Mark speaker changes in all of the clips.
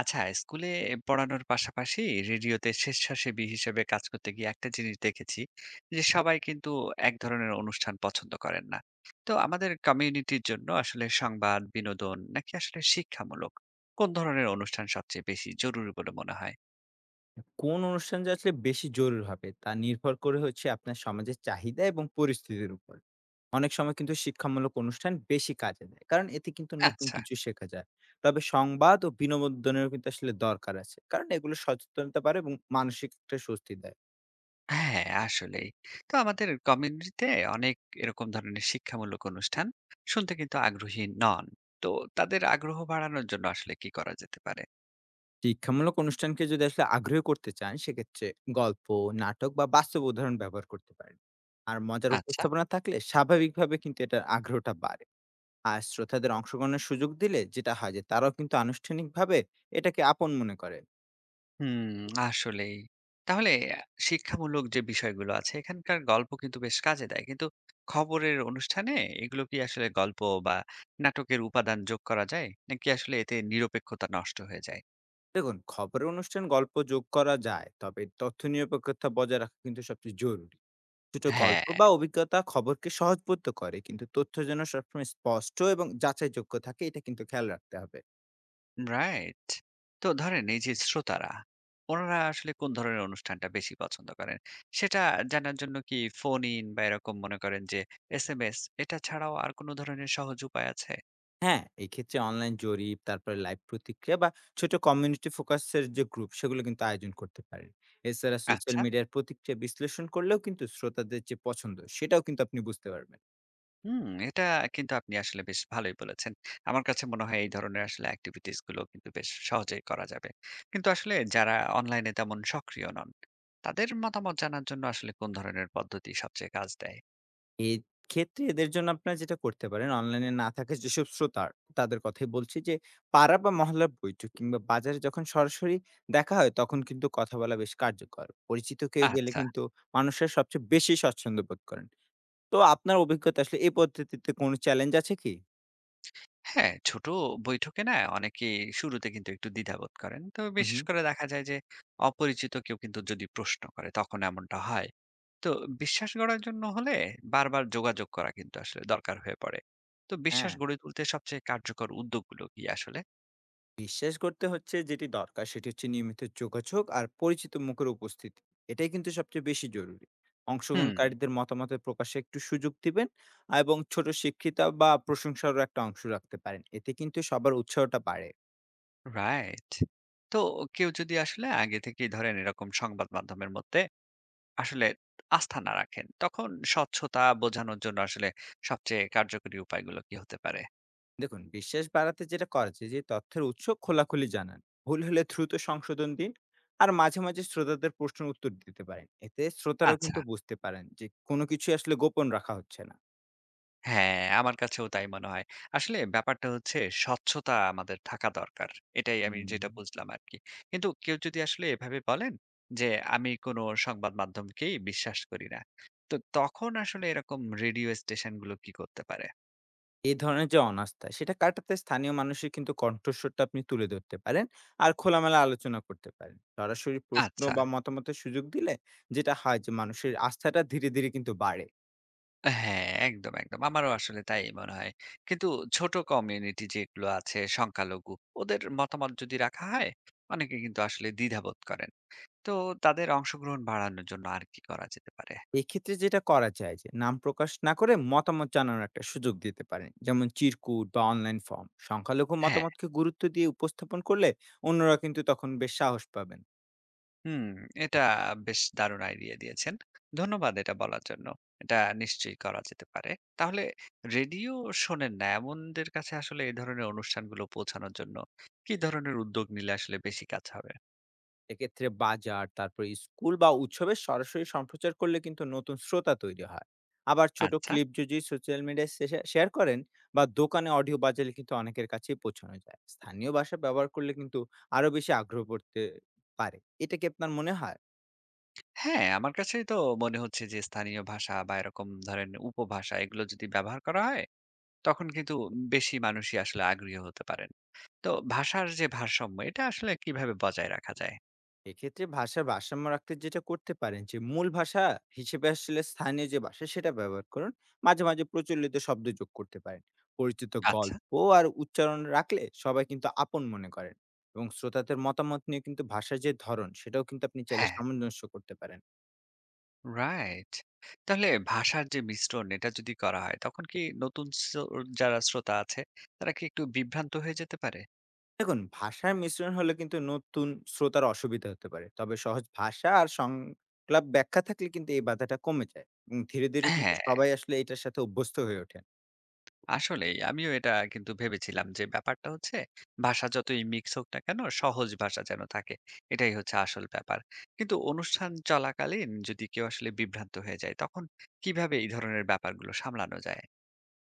Speaker 1: আচ্ছা, স্কুলে পড়ানোর পাশাপাশি রেডিওতে স্বেচ্ছাসেবী হিসেবে কাজ করতে গিয়ে একটা জিনিস দেখেছি যে সবাই কিন্তু এক ধরনের অনুষ্ঠান পছন্দ করেন না। তো আমাদের কমিউনিটির জন্য আসলে সংবাদ, বিনোদন নাকি আসলে শিক্ষামূলক কোন ধরনের অনুষ্ঠান সবচেয়ে বেশি জরুরি বলে মনে হয়?
Speaker 2: কোন অনুষ্ঠান যে আসলে বেশি জরুরি হবে তা নির্ভর করে হচ্ছে আপনার সমাজের চাহিদা এবং পরিস্থিতির উপর। অনেক সময় কিন্তু শিক্ষামূলক অনুষ্ঠান বেশি কাজে দেয়, কারণ এতে কিন্তু নতুন
Speaker 1: আচ্ছা,
Speaker 2: কিছু শেখা যায়। তবে সংবাদ ও বিনোদনেরও কিন্তু আসলে দরকার আছে, কারণ এগুলো সচেতনতা পারে এবং মানসিক একটা স্বস্তি দেয়।
Speaker 1: হ্যাঁ আসলেই। তো আমাদের কমিউনিটিতে অনেক এরকম ধরনের শিক্ষামূলক অনুষ্ঠান শুনতে কিন্তু আগ্রহী নন। তো তাদের আগ্রহ বাড়ানোর জন্য আসলে কি করা যেতে পারে?
Speaker 2: শিক্ষামূলক অনুষ্ঠানকে যদি আসলে আগ্রহী করতে চান, সেক্ষেত্রে গল্প, নাটক বা বাস্তব উদাহরণ ব্যবহার করতে পারেন। আর মজার
Speaker 1: আচ্ছা।
Speaker 2: উপস্থাপনা থাকলে স্বাভাবিকভাবে কিন্তু এটার আগ্রহটা বাড়ে। আর শ্রোতাদের অংশগ্রহণের সুযোগ দিলে যেটা হয় যে তারাও কিন্তু আনুষ্ঠানিকভাবে এটাকে আপন মনে করে।
Speaker 1: হুম, আসলেই। তাহলে শিক্ষামূলক যে বিষয়গুলো আছে এখানকার গল্প কিন্তু বেশ কাজে দেয়। কিন্তু খবরের অনুষ্ঠানে এগুলো কি আসলে গল্প বা নাটকের উপাদান যোগ করা যায়? নাকি আসলে এতে নিরপেক্ষতা নষ্ট হয়ে যায়?
Speaker 2: দেখুন, খবরের অনুষ্ঠান গল্প যোগ করা যায়, তবে তথ্য নিরপেক্ষতা বজায় রাখা কিন্তু সবচেয়ে জরুরি। ছোট
Speaker 1: হ্যাঁ।
Speaker 2: গল্প বা অভিজ্ঞতা খবরকে সহজবোধ্য করে, কিন্তু তথ্য যেন সবসময় স্পষ্ট এবং যাচাইযোগ্য থাকে এটা কিন্তু খেয়াল রাখতে হবে।
Speaker 1: রাইট। তো ধরেন এই যে শ্রোতারা, ওনারা আসলে কোন ধরনের অনুষ্ঠানটা বেশি পছন্দ করেন? সেটা জানার জন্য কি ফোন ইন বা এরকম মনে করেন যে এসএমএস এটা ছাড়াও আর কোন ধরনের সহজ উপায় আছে?
Speaker 2: হ্যাঁ, এই ক্ষেত্রে অনলাইন জরিপ, তারপরে লাইভ প্রতিক্রিয়া বা ছোট কমিউনিটি ফোকাসের যে গ্রুপ সেগুলো কিন্তু আয়োজন করতে পারেন। এছাড়া সোশ্যাল
Speaker 1: আচ্ছা।
Speaker 2: মিডিয়ার প্রতিক্রিয়া বিশ্লেষণ করলেও কিন্তু শ্রোতাদের যে পছন্দ সেটাও কিন্তু আপনি বুঝতে পারবেন।
Speaker 1: হুম, এটা কিন্তু আপনি আসলে বেশ ভালোই বলেছেন। আমার কাছে মনে হয় এই ধরনের আসলে এক্টিভিটিস গুলো কিন্তু বেশ সহজেই করা যাবে। কিন্তু আসলে যারা অনলাইনে তেমন সক্রিয় নন, তাদের মতামত জানার জন্য আসলে কোন ধরনের পদ্ধতি সবচেয়ে কাজ দেয়?
Speaker 2: এক্ষেত্রে এদের জন্য আপনারা যেটা করতে পারেন, অনলাইনে না থাকা যেসব শ্রোতার তাদের কথাই বলছি যে, পাড়া বা মহল্লার বৈঠক কিংবা বাজারে যখন সরাসরি দেখা হয়, তখন কিন্তু কথা বলা বেশ কার্যকর। পরিচিত কেউ গেলে
Speaker 1: আচ্ছা।
Speaker 2: কিন্তু মানুষের সবচেয়ে বেশি স্বচ্ছন্দ বোধ করেন। তো আপনার অভিজ্ঞতা আসলে এই পদ্ধতিতে কোনো চ্যালেঞ্জ আছে কি?
Speaker 1: হ্যাঁ, ছোট বৈঠকে না অনেকেই শুরুতে কিন্তু একটু দ্বিধাবোধ করেন। তো
Speaker 2: হু, হু।
Speaker 1: বিশেষ করে দেখা যায় যে অপরিচিত কেউ কিন্তু যদি প্রশ্ন করে তখন এমনটা হয়। তো বিশ্বাস গড়ার জন্য হলে বারবার যোগাযোগ করা কিন্তু আসলে দরকার হয়ে পড়ে। তো বিশ্বাস
Speaker 2: হ্যাঁ।
Speaker 1: গড়ে তুলতে সবচেয়ে কার্যকর উদ্যোগগুলো কি আসলে?
Speaker 2: বিশ্বাস করতে হচ্ছে যেটি দরকার সেটি হচ্ছে নিয়মিত যোগাযোগ আর পরিচিত মুখের উপস্থিতি। এটাই কিন্তু সবচেয়ে বেশি জরুরি।
Speaker 1: হুম।
Speaker 2: অংশগ্রহণকারীদের মতামতের প্রকাশে একটু সুযোগ দিবেন। আর এবং ছোট শিক্ষিতা বা প্রশংসারও একটা অংশ রাখতে পারেন, এতে কিন্তু সবার উৎসাহটা বাড়ে।
Speaker 1: রাইট। তো কেউ যদি আসলে আগে থেকেই ধরেন এরকম সংবাদ মাধ্যমের মধ্যে আসলে আস্থা না রাখেন তখন স্বচ্ছতা বোঝানোর জন্য আসলে সবচেয়ে কার্যকরী উপায়গুলো কি হতে পারে?
Speaker 2: দেখুন, বিশ্বাস বাড়াতে যেটা করা যায় যে তথ্যের উৎস খোলাখুলি জানান, ভুল হলে দ্রুত সংশোধন দিন। আর মাঝে মাঝে শ্রোতাদের প্রশ্নের উত্তর দিতে পারেন, এতে শ্রোতারাও
Speaker 1: আচ্ছা।
Speaker 2: কিন্তু বুঝতে পারেন যে কোনো কিছু আসলে গোপন রাখা হচ্ছে না।
Speaker 1: হ্যাঁ, আমার কাছেও তাই মনে হয়। আসলে ব্যাপারটা হচ্ছে স্বচ্ছতা আমাদের থাকা দরকার। এটাই আমি
Speaker 2: হুম।
Speaker 1: যেটা বুঝলাম আরকি। কিন্তু কেউ যদি আসলে এভাবে বলেন যে, "আমি কোনো সংবাদ মাধ্যমকেই বিশ্বাস করি না।" তো তখন আসলে এরকম রেডিও স্টেশনগুলো কি করতে পারে?
Speaker 2: এই ধরনের যে অনাস্থা সেটা কাটাতে স্থানীয় মানুষের কিন্তু কণ্ঠস্বরটা আপনি তুলে ধরতে পারেন। আর খোলামেলা আলোচনা করতে পারেন, সরাসরি প্রশ্ন
Speaker 1: আচ্ছা।
Speaker 2: বা মতামতের সুযোগ দিলে যেটা হয় যে মানুষের আস্থাটা ধীরে ধীরে কিন্তু বাড়ে।
Speaker 1: হ্যাঁ, একদম, একদম। আমারও আসলে তাই মনে হয়। কিন্তু ছোট কমিউনিটি যেগুলো আছে সংখ্যালঘু, ওদের মতামত যদি রাখা হয়, অনেকে কিন্তু আসলে দ্বিধাবোধ করেন। তো তাদের অংশগ্রহণ বাড়ানোর জন্য আর কি করা যেতে পারে?
Speaker 2: এক্ষেত্রে যেটা করা যায় যে নাম প্রকাশ না করে মতামত জানানোর একটা সুযোগ দিতে পারেন, যেমন চিরকুট বা অনলাইন ফর্ম। সংখ্যালঘু
Speaker 1: হ্যাঁ।
Speaker 2: মতামতকে গুরুত্ব দিয়ে উপস্থাপন করলে অন্যরা কিন্তু তখন বেশ সাহস পাবেন।
Speaker 1: হুম, এটা বেশ দারুণ আইডিয়া দিয়েছেন। ধন্যবাদ এটা বলার জন্য। এটা নিশ্চয়ই করা যেতে পারে। তাহলে রেডিও শোনেন না এমনদের কাছে আসলে এই ধরনের অনুষ্ঠানগুলো পৌঁছানোর জন্য কি ধরনের উদ্যোগ নিলে আসলে বেশি কাজ হবে?
Speaker 2: এক্ষেত্রে বাজার, তারপর স্কুল বা উৎসবের সরাসরি সম্প্রচার করলে কিন্তু নতুন শ্রোতা তৈরি হয়। আবার ছোট
Speaker 1: আচ্ছা।
Speaker 2: ক্লিপ যদি সোশ্যাল মিডিয়ায় শেয়ার করেন বা দোকানে অডিও বাজালে কিন্তু অনেকের কাছেই পৌঁছানো যায়। স্থানীয় ভাষা ব্যবহার করলে কিন্তু আরো বেশি আগ্রহ করতে পারে। এটা কি আপনার মনে হয়?
Speaker 1: হ্যাঁ, আমার কাছেই তো মনে হচ্ছে যে স্থানীয় ভাষা বা এরকম ধরেন উপভাষা এগুলো যদি ব্যবহার করা হয়, তখন কিন্তু বেশি মানুষই আসলে আগ্রহী হতে পারেন। তো ভাষার যে ভারসাম্য এটা আসলে কিভাবে বজায় রাখা যায়?
Speaker 2: এক্ষেত্রে ভাষার ভারসাম্য রাখতে যেটা করতে পারেন যে মূল ভাষা হিসেবে আসলে স্থানীয় যে ভাষা সেটা ব্যবহার করুন। মাঝে মাঝে প্রচলিত শব্দ যোগ করতে পারেন, পরিচিত
Speaker 1: আচ্ছা,
Speaker 2: গল্প আর উচ্চারণ রাখলে সবাই কিন্তু আপন মনে করেন। এবং শ্রোতাদের মতামত নিয়ে কিন্তু ভাষার যে ধরন সেটাও কিন্তু আপনি চাইলে
Speaker 1: হ্যাঁ।
Speaker 2: সামঞ্জস্য করতে পারেন।
Speaker 1: রাইট। তাহলে ভাষার যে মিশ্রণ এটা যদি করা হয় তখন কি নতুন যারা শ্রোতা আছে তারা কি একটু বিভ্রান্ত হয়ে যেতে পারে?
Speaker 2: দেখুন, ভাষার মিশ্রণ হলে কিন্তু নতুন শ্রোতার অসুবিধা হতে পারে, তবে সহজ ভাষা আর সংলাপ ব্যাখ্যা থাকলে কিন্তু এই বাধাটা কমে যায় এবং ধীরে ধীরে কিন্তু
Speaker 1: হ্যাঁ,
Speaker 2: সবাই আসলে এটার সাথে অভ্যস্ত হয়ে ওঠে।
Speaker 1: আসলেই আমিও এটা কিন্তু ভেবেছিলাম যে ব্যাপারটা হচ্ছে ভাষা যতই মিক্স হোক না কেন সহজ ভাষা যেন থাকে। এটাই হচ্ছে আসল ব্যাপার। কিন্তু অনুষ্ঠান চলাকালীন যদি কেউ আসলে বিভ্রান্ত হয়ে যায় তখন কিভাবে এই ধরনের ব্যাপারগুলো সামলানো যায়?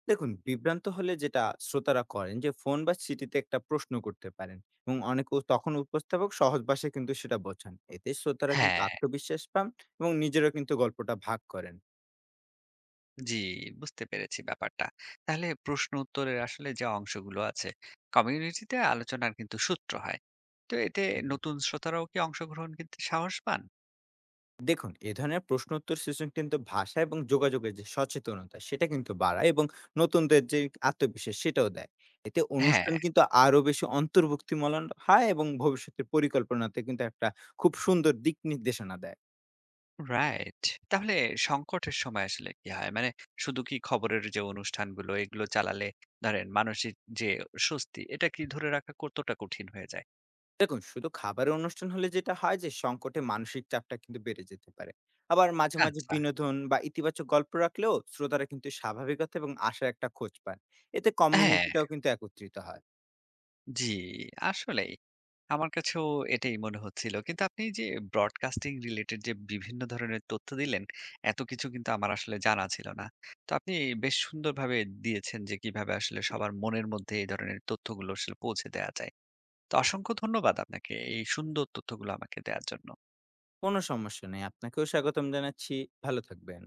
Speaker 2: দেখুন, বিভ্রান্ত হলে যেটা শ্রোতারা করেন যে ফোন বা চিঠিতে একটা প্রশ্ন করতে পারেন, এবং অনেক তখন উপস্থাপক সহজ ভাষায় কিন্তু সেটা বোঝান, এতে শ্রোতারা কিন্তু
Speaker 1: হ্যাঁ।
Speaker 2: আত্মবিশ্বাস পান এবং নিজেরা কিন্তু গল্পটা ভাগ করেন।
Speaker 1: জি, বুঝতে পেরেছি ব্যাপারটা। তাহলে প্রশ্ন উত্তরের আসলে যে অংশগুলো আছে, কমিউনিটিতে আলোচনার কিন্তু সূত্র হয়। তো এতে নতুন শ্রোতারাও কি অংশগ্রহণ করতে সাহস পান?
Speaker 2: দেখুন, এ ধরনের প্রশ্ন উত্তর সিস্টেম কিন্তু ভাষা এবং যোগাযোগের যে সচেতনতা সেটা কিন্তু বাড়ায় এবং নতুনদের যে আত্মবিশ্বাস সেটাও দেয়। এতে
Speaker 1: হ্যাঁ,
Speaker 2: অনুষ্ঠান কিন্তু আরো বেশি অন্তর্ভুক্তিমূলক হয় এবং ভবিষ্যতের পরিকল্পনাতে কিন্তু একটা খুব সুন্দর দিক নির্দেশনা দেয়।
Speaker 1: রাইট। তাহলে সংকটের সময় আসলে কি হয়? মানে শুধু কি খবরের যে অনুষ্ঠানগুলো এগুলো চালালে ধরেন মানসিক যে স্বস্তি এটা কি ধরে রাখা কতটা কঠিন হয়ে যায়?
Speaker 2: দেখুন, শুধু খাবারের অনুষ্ঠান হলে যেটা হয় যে সংকটে মানসিক চাপটা কিন্তু বেড়ে যেতে পারে। আবার মাঝে মাঝে
Speaker 1: আচ্ছা।
Speaker 2: বিনোদন বা ইতিবাচক গল্প রাখলেও শ্রোতারা কিন্তু স্বাভাবিকতা এবং আশার একটা খোঁজ পান। এতে
Speaker 1: হ্যাঁ,
Speaker 2: কমিউনিটিটাও কিন্তু একত্রিত হয়।
Speaker 1: জি আসলেই। আমার কাছেও এটাই মনে হচ্ছিল। কিন্তু আপনি যে ব্রডকাস্টিং রিলেটেড যে বিভিন্ন ধরনের তথ্য দিলেন, এত কিছু কিন্তু আমার আসলে জানা ছিল না। তো আপনি বেশ সুন্দরভাবে দিয়েছেন যে কিভাবে আসলে সবার মনের মধ্যে এই ধরনের তথ্যগুলো আসলে পৌঁছে দেয়া যায়। তো অসংখ্য ধন্যবাদ আপনাকে এই সুন্দর তথ্যগুলো আমাকে দেয়ার জন্য।
Speaker 2: কোনো সমস্যা নেই, আপনাকেও স্বাগতম জানাচ্ছি। ভালো থাকবেন।